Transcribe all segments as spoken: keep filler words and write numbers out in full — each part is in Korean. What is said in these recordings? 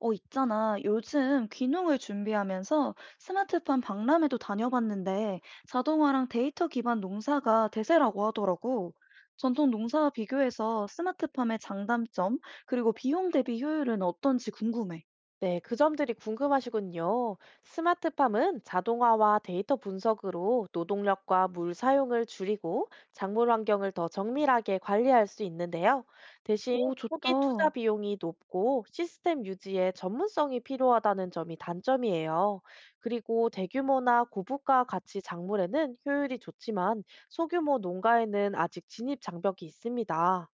어, 있잖아. 요즘 귀농을 준비하면서 스마트팜 박람회도 다녀봤는데 자동화랑 데이터 기반 농사가 대세라고 하더라고. 전통 농사와 비교해서 스마트팜의 장단점, 그리고 비용 대비 효율은 어떤지 궁금해. 네, 그 점들이 궁금하시군요. 스마트팜은 자동화와 데이터 분석으로 노동력과 물 사용을 줄이고 작물 환경을 더 정밀하게 관리할 수 있는데요. 대신 오, 좋다. 초기 투자 비용이 높고 시스템 유지에 전문성이 필요하다는 점이 단점이에요. 그리고 대규모나 고부가 가치 작물에는 효율이 좋지만 소규모 농가에는 아직 진입 장벽이 있습니다.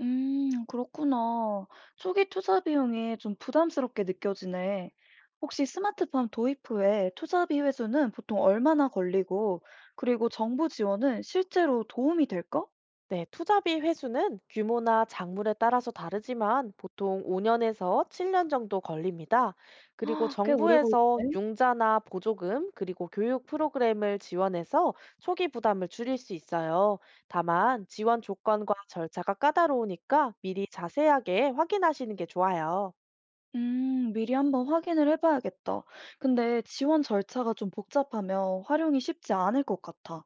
음, 그렇구나. 초기 투자 비용이 좀 부담스럽게 느껴지네. 혹시 스마트팜 도입 후에 투자비 회수는 보통 얼마나 걸리고, 그리고 정부 지원은 실제로 도움이 될까? 네, 투자비 회수는 규모나 작물에 따라서 다르지만 보통 오 년에서 칠 년 정도 걸립니다. 그리고 아, 꽤 오래 정부에서 걸리네. 융자나 보조금, 그리고 교육 프로그램을 지원해서 초기 부담을 줄일 수 있어요. 다만 지원 조건과 절차가 까다로우니까 미리 자세하게 확인하시는 게 좋아요. 음, 미리 한번 확인을 해봐야겠다. 근데 지원 절차가 좀 복잡하며 활용이 쉽지 않을 것 같아.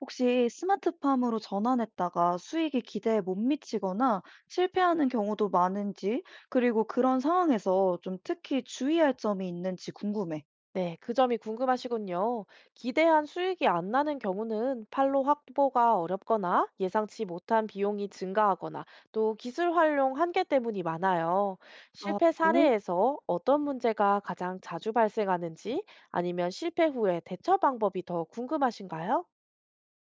혹시 스마트팜으로 전환했다가 수익이 기대에 못 미치거나 실패하는 경우도 많은지, 그리고 그런 상황에서 좀 특히 주의할 점이 있는지 궁금해. 네, 그 점이 궁금하시군요. 기대한 수익이 안 나는 경우는 판로 확보가 어렵거나 예상치 못한 비용이 증가하거나 또 기술 활용 한계 때문이 많아요. 아, 실패 왜? 사례에서 어떤 문제가 가장 자주 발생하는지 아니면 실패 후에 대처 방법이 더 궁금하신가요?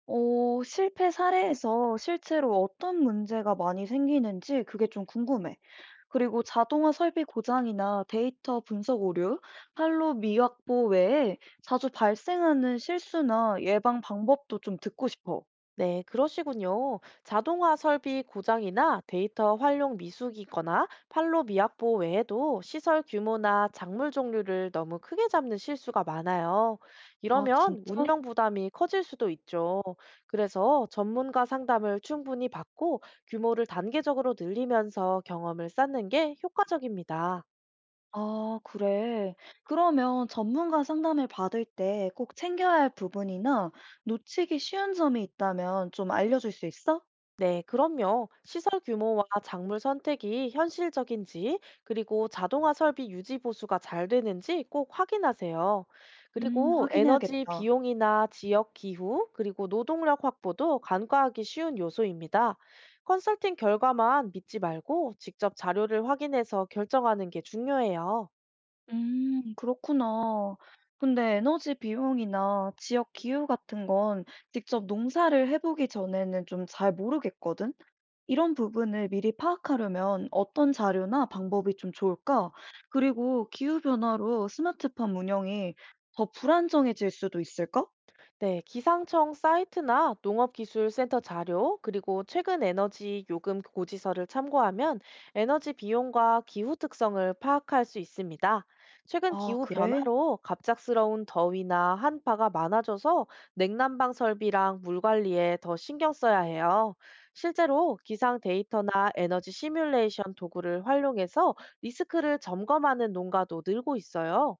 어, 실패 사례에서 실제로 어떤 문제가 많이 생기는지 그게 좀 궁금해. 그리고 자동화 설비 고장이나 데이터 분석 오류, 판로 미확보 외에 자주 발생하는 실수나 예방 방법도 좀 듣고 싶어. 네, 그러시군요. 자동화 설비 고장이나 데이터 활용 미숙이거나 판로 미확보 외에도 시설 규모나 작물 종류를 너무 크게 잡는 실수가 많아요. 아, 이러면 진짜? 운영 부담이 커질 수도 있죠. 그래서 전문가 상담을 충분히 받고 규모를 단계적으로 늘리면서 경험을 쌓는 게 효과적입니다. 아, 그래. 그러면 전문가 상담을 받을 때 꼭 챙겨야 할 부분이나 놓치기 쉬운 점이 있다면 좀 알려줄 수 있어? 네, 그럼요. 시설 규모와 작물 선택이 현실적인지, 그리고 자동화 설비 유지 보수가 잘 되는지 꼭 확인하세요. 음, 그리고 에너지 확인해야겠다. 비용이나 지역 기후, 그리고 노동력 확보도 간과하기 쉬운 요소입니다. 컨설팅 결과만 믿지 말고 직접 자료를 확인해서 결정하는 게 중요해요. 음, 그렇구나. 근데 에너지 비용이나 지역 기후 같은 건 직접 농사를 해보기 전에는 좀 잘 모르겠거든? 이런 부분을 미리 파악하려면 어떤 자료나 방법이 좀 좋을까? 그리고 기후 변화로 스마트팜 운영이 더 불안정해질 수도 있을까? 네, 기상청 사이트나 농업기술센터 자료, 그리고 최근 에너지 요금 고지서를 참고하면 에너지 비용과 기후 특성을 파악할 수 있습니다. 최근 아, 기후 그래? 변화로 갑작스러운 더위나 한파가 많아져서 냉난방 설비랑 물 관리에 더 신경 써야 해요. 실제로 기상 데이터나 에너지 시뮬레이션 도구를 활용해서 리스크를 점검하는 농가도 늘고 있어요.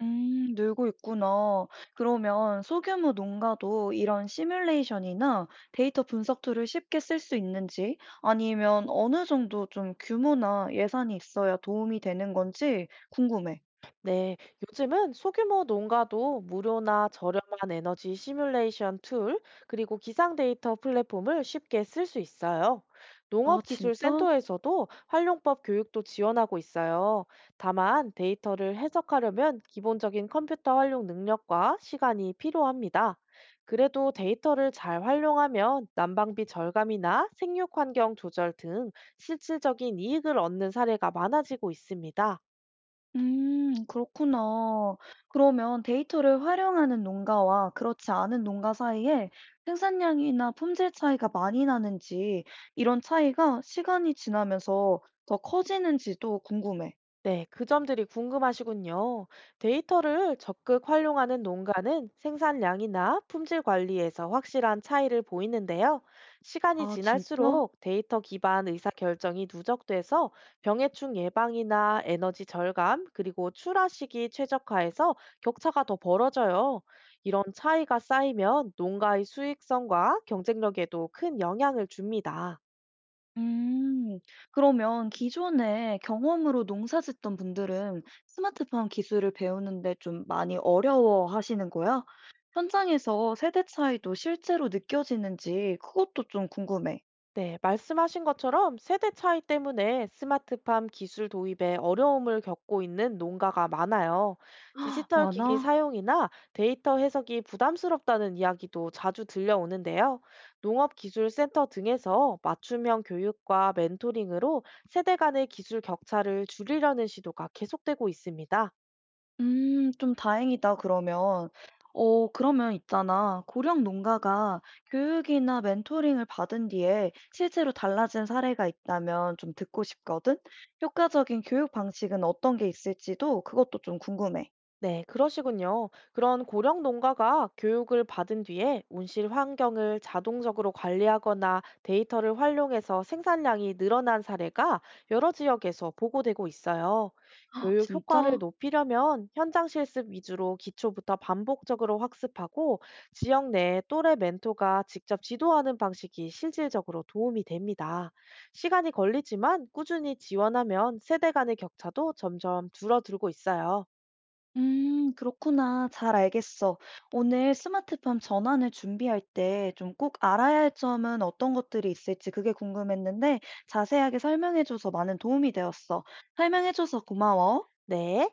음, 늘고 있구나. 그러면 소규모 농가도 이런 시뮬레이션이나 데이터 분석 툴을 쉽게 쓸 수 있는지, 아니면 어느 정도 좀 규모나 예산이 있어야 도움이 되는 건지 궁금해. 네, 요즘은 소규모 농가도 무료나 저렴한 에너지 시뮬레이션 툴, 그리고 기상 데이터 플랫폼을 쉽게 쓸 수 있어요. 아, 진짜? 농업기술센터에서도 활용법 교육도 지원하고 있어요. 다만 데이터를 해석하려면 기본적인 컴퓨터 활용 능력과 시간이 필요합니다. 그래도 데이터를 잘 활용하면 난방비 절감이나 생육 환경 조절 등 실질적인 이익을 얻는 사례가 많아지고 있습니다. 음, 그렇구나. 그러면 데이터를 활용하는 농가와 그렇지 않은 농가 사이에 생산량이나 품질 차이가 많이 나는지, 이런 차이가 시간이 지나면서 더 커지는지도 궁금해. 네, 그 점들이 궁금하시군요. 데이터를 적극 활용하는 농가는 생산량이나 품질 관리에서 확실한 차이를 보이는데요. 시간이 아, 진짜? 지날수록 데이터 기반 의사결정이 누적돼서 병해충 예방이나 에너지 절감, 그리고 출하 시기 최적화에서 격차가 더 벌어져요. 이런 차이가 쌓이면 농가의 수익성과 경쟁력에도 큰 영향을 줍니다. 음. 그러면 기존에 경험으로 농사 짓던 분들은 스마트팜 기술을 배우는데 좀 많이 어려워하시는 거야? 현장에서 세대 차이도 실제로 느껴지는지 그것도 좀 궁금해. 네, 말씀하신 것처럼 세대 차이 때문에 스마트팜 기술 도입에 어려움을 겪고 있는 농가가 많아요. 디지털 기기 많아? 사용이나 데이터 해석이 부담스럽다는 이야기도 자주 들려오는데요. 농업기술센터 등에서 맞춤형 교육과 멘토링으로 세대 간의 기술 격차를 줄이려는 시도가 계속되고 있습니다. 음, 좀 다행이다, 그러면. 어, 그러면 있잖아. 고령 농가가 교육이나 멘토링을 받은 뒤에 실제로 달라진 사례가 있다면 좀 듣고 싶거든? 효과적인 교육 방식은 어떤 게 있을지도 그것도 좀 궁금해. 네, 그러시군요. 그런 고령 농가가 교육을 받은 뒤에 온실 환경을 자동적으로 관리하거나 데이터를 활용해서 생산량이 늘어난 사례가 여러 지역에서 보고되고 있어요. 교육 효과를 진짜? 높이려면 현장 실습 위주로 기초부터 반복적으로 학습하고 지역 내 또래 멘토가 직접 지도하는 방식이 실질적으로 도움이 됩니다. 시간이 걸리지만 꾸준히 지원하면 세대 간의 격차도 점점 줄어들고 있어요. 음, 그렇구나. 잘 알겠어. 오늘 스마트팜 전환을 준비할 때 좀 꼭 알아야 할 점은 어떤 것들이 있을지 그게 궁금했는데 자세하게 설명해줘서 많은 도움이 되었어. 설명해줘서 고마워. 네.